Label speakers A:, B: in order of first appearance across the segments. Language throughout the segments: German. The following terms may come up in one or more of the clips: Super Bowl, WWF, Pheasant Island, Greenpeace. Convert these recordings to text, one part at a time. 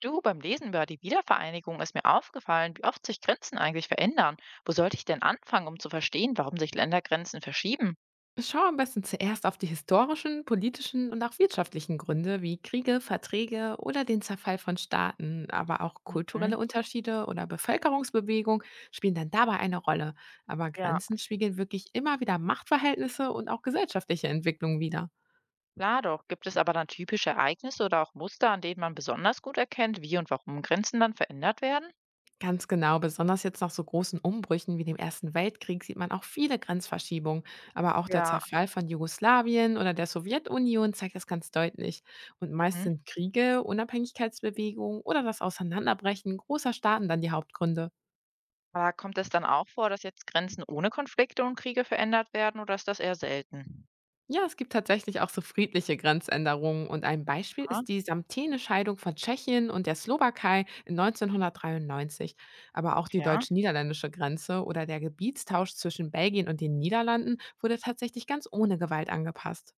A: Du, beim Lesen über die Wiedervereinigung ist mir aufgefallen, wie oft sich Grenzen eigentlich verändern. Wo sollte ich denn anfangen, um zu verstehen, warum sich Ländergrenzen verschieben?
B: Schau am besten zuerst auf die historischen, politischen und auch wirtschaftlichen Gründe wie Kriege, Verträge oder den Zerfall von Staaten, aber auch kulturelle
A: Mhm.
B: Unterschiede oder Bevölkerungsbewegung spielen dann dabei eine Rolle. Aber
A: Ja,
B: Grenzen spiegeln wirklich immer wieder Machtverhältnisse und auch gesellschaftliche Entwicklungen wider.
A: klar doch. Gibt es aber dann typische Ereignisse oder auch Muster, an denen man besonders gut erkennt, wie und warum Grenzen dann verändert werden?
B: Ganz genau, besonders jetzt nach so großen Umbrüchen wie dem Ersten Weltkrieg sieht man auch viele Grenzverschiebungen, aber auch der
A: Ja.
B: Zerfall von Jugoslawien oder der Sowjetunion zeigt das ganz deutlich. Und meist
A: Mhm.
B: sind Kriege, Unabhängigkeitsbewegungen oder das Auseinanderbrechen großer Staaten dann die Hauptgründe.
A: Aber kommt es dann auch vor, dass jetzt Grenzen ohne Konflikte und Kriege verändert werden oder ist das eher selten?
B: Ja, es gibt tatsächlich auch so friedliche Grenzänderungen und ein Beispiel
A: Ja,
B: ist die Samtene-Scheidung von Tschechien und der Slowakei in 1993, aber auch die
A: ja.
B: deutsch-niederländische Grenze oder der Gebietstausch zwischen Belgien und den Niederlanden wurde tatsächlich ganz ohne Gewalt angepasst.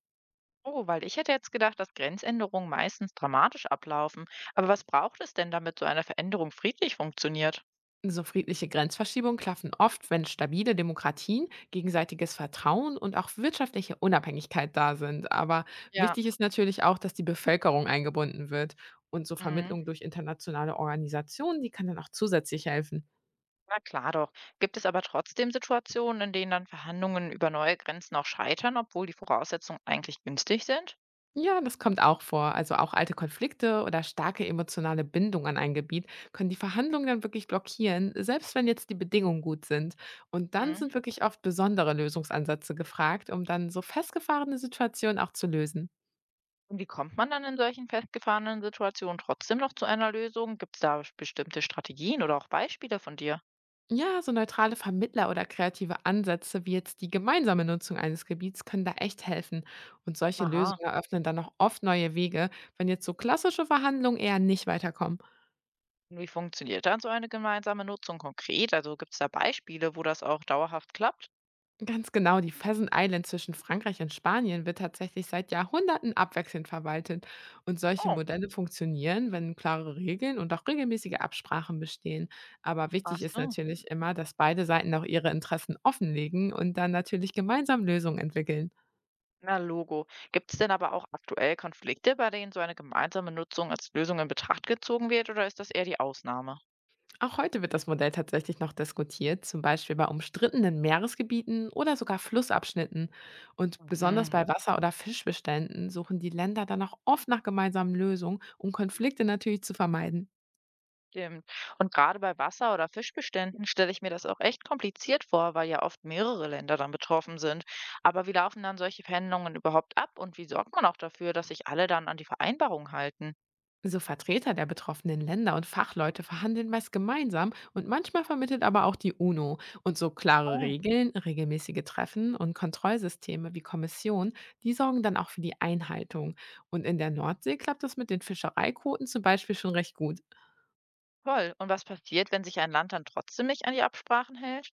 A: Oh, weil ich hätte jetzt gedacht, dass Grenzänderungen meistens dramatisch ablaufen. Aber was braucht es denn, damit so eine Veränderung friedlich funktioniert?
B: So friedliche Grenzverschiebungen klaffen oft, wenn stabile Demokratien, gegenseitiges Vertrauen und auch wirtschaftliche Unabhängigkeit da sind. Aber
A: Ja,
B: wichtig ist natürlich auch, dass die Bevölkerung eingebunden wird. Und so
A: mhm.
B: Vermittlung durch internationale Organisationen, die kann dann auch zusätzlich helfen.
A: Na klar doch. Gibt es aber trotzdem Situationen, in denen dann Verhandlungen über neue Grenzen auch scheitern, obwohl die Voraussetzungen eigentlich günstig sind?
B: Ja, das kommt auch vor. Also auch alte Konflikte oder starke emotionale Bindung an ein Gebiet können die Verhandlungen dann wirklich blockieren, selbst wenn jetzt die Bedingungen gut sind. Und dann
A: Mhm.
B: sind wirklich oft besondere Lösungsansätze gefragt, um dann so festgefahrene Situationen auch zu lösen.
A: Und wie kommt man dann in solchen festgefahrenen Situationen trotzdem noch zu einer Lösung? Gibt es da bestimmte Strategien oder auch Beispiele von dir?
B: Ja, so neutrale Vermittler oder kreative Ansätze wie jetzt die gemeinsame Nutzung eines Gebiets können da echt helfen. Und solche
A: Aha.
B: Lösungen eröffnen dann auch oft neue Wege, wenn jetzt so klassische Verhandlungen eher nicht weiterkommen.
A: Und wie funktioniert dann so eine gemeinsame Nutzung konkret? Also gibt es da Beispiele, wo das auch dauerhaft klappt?
B: Ganz genau, die Pheasant Island zwischen Frankreich und Spanien wird tatsächlich seit Jahrhunderten abwechselnd verwaltet. Und solche
A: Oh.
B: Modelle funktionieren, wenn klare Regeln und auch regelmäßige Absprachen bestehen. Aber
A: Ach
B: wichtig ist
A: so,
B: natürlich immer, dass beide Seiten auch ihre Interessen offenlegen und dann natürlich gemeinsam Lösungen entwickeln.
A: na Logo. Gibt es denn aber auch aktuell Konflikte, bei denen so eine gemeinsame Nutzung als Lösung in Betracht gezogen wird, oder ist das eher die Ausnahme?
B: Auch heute wird das Modell tatsächlich noch diskutiert, zum Beispiel bei umstrittenen Meeresgebieten oder sogar Flussabschnitten. Und besonders
A: Mhm,
B: bei Wasser- oder Fischbeständen suchen die Länder dann auch oft nach gemeinsamen Lösungen, um Konflikte natürlich zu vermeiden.
A: stimmt. Und gerade bei Wasser- oder Fischbeständen stelle ich mir das auch echt kompliziert vor, weil ja oft mehrere Länder dann betroffen sind. Aber wie laufen dann solche Verhandlungen überhaupt ab und wie sorgt man auch dafür, dass sich alle dann an die Vereinbarung halten?
B: So Vertreter der betroffenen Länder und Fachleute verhandeln meist gemeinsam und manchmal vermittelt aber auch die UNO. Und so klare
A: Oh,
B: Regeln, regelmäßige Treffen und Kontrollsysteme wie Kommission, die sorgen dann auch für die Einhaltung. Und in der Nordsee klappt das mit den Fischereiquoten zum Beispiel schon recht gut.
A: toll. Und was passiert, wenn sich ein Land dann trotzdem nicht an die Absprachen hält?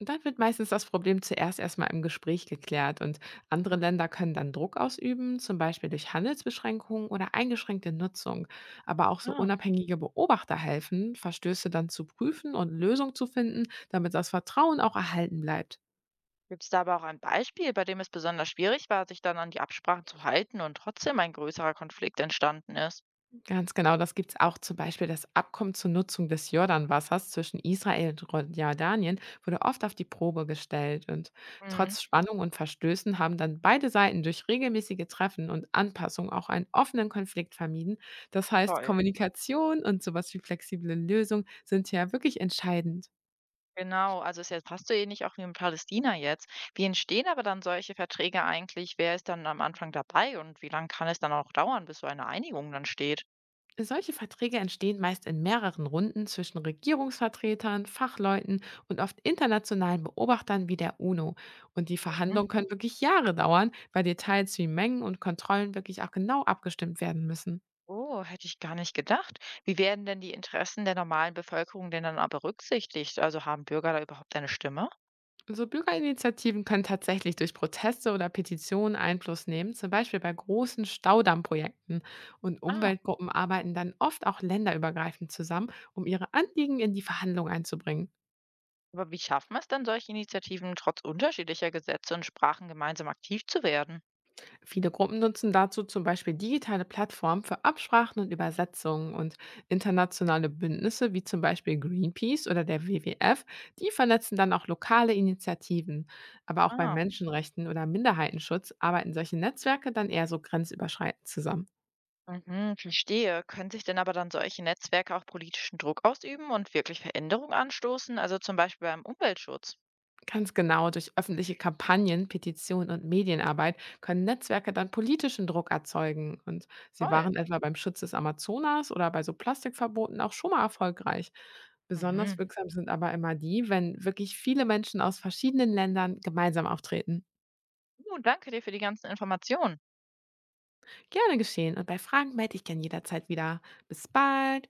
B: Dann wird meistens das Problem zuerst erstmal im Gespräch geklärt und andere Länder können dann Druck ausüben, zum Beispiel durch Handelsbeschränkungen oder eingeschränkte Nutzung. Aber auch so
A: Ja.
B: unabhängige Beobachter helfen, Verstöße dann zu prüfen und Lösungen zu finden, damit das Vertrauen auch erhalten bleibt.
A: Gibt es da aber auch ein Beispiel, bei dem es besonders schwierig war, sich dann an die Absprachen zu halten und trotzdem ein größerer Konflikt entstanden ist?
B: Ganz genau, das gibt es auch, zum Beispiel das Abkommen zur Nutzung des Jordanwassers zwischen Israel und Jordanien wurde oft auf die Probe gestellt und
A: Mhm,
B: trotz Spannung und Verstößen haben dann beide Seiten durch regelmäßige Treffen und Anpassung auch einen offenen Konflikt vermieden. Das heißt,
A: toll.
B: Kommunikation und sowas wie flexible Lösung sind ja wirklich entscheidend.
A: Genau, also ist jetzt fast so ähnlich auch wie in Palästina jetzt. Wie entstehen aber dann solche Verträge eigentlich? Wer ist dann am Anfang dabei und wie lange kann es dann auch dauern, bis so eine Einigung dann steht?
B: Solche Verträge entstehen meist in mehreren Runden zwischen Regierungsvertretern, Fachleuten und oft internationalen Beobachtern wie der UNO. Und die
A: Mhm.
B: Verhandlungen können wirklich Jahre dauern, weil Details wie Mengen und Kontrollen wirklich auch genau abgestimmt werden müssen.
A: Oh, hätte ich gar nicht gedacht. Wie werden denn die Interessen der normalen Bevölkerung denn dann aber berücksichtigt? Also haben Bürger da überhaupt eine Stimme?
B: So Bürgerinitiativen können tatsächlich durch Proteste oder Petitionen Einfluss nehmen, zum Beispiel bei großen Staudammprojekten. Und
A: Ah.
B: Umweltgruppen arbeiten dann oft auch länderübergreifend zusammen, um ihre Anliegen in die Verhandlungen einzubringen.
A: Aber wie schaffen es denn, solche Initiativen trotz unterschiedlicher Gesetze und Sprachen gemeinsam aktiv zu werden?
B: Viele Gruppen nutzen dazu zum Beispiel digitale Plattformen für Absprachen und Übersetzungen und internationale Bündnisse wie zum Beispiel Greenpeace oder der WWF, die vernetzen dann auch lokale Initiativen. Aber auch bei
A: Ah,
B: Menschenrechten oder Minderheitenschutz arbeiten solche Netzwerke dann eher so grenzüberschreitend zusammen.
A: mhm, verstehe. Können sich denn aber dann solche Netzwerke auch politischen Druck ausüben und wirklich Veränderungen anstoßen, also zum Beispiel beim Umweltschutz?
B: Ganz genau, durch öffentliche Kampagnen, Petitionen und Medienarbeit können Netzwerke dann politischen Druck erzeugen. Und sie
A: Toll.
B: waren etwa beim Schutz des Amazonas oder bei so Plastikverboten auch schon mal erfolgreich. Besonders
A: Mhm.
B: wirksam sind aber immer die, wenn wirklich viele Menschen aus verschiedenen Ländern gemeinsam auftreten.
A: Du, danke dir für die ganzen Informationen.
B: Gerne geschehen und bei Fragen melde ich gern jederzeit wieder. Bis bald!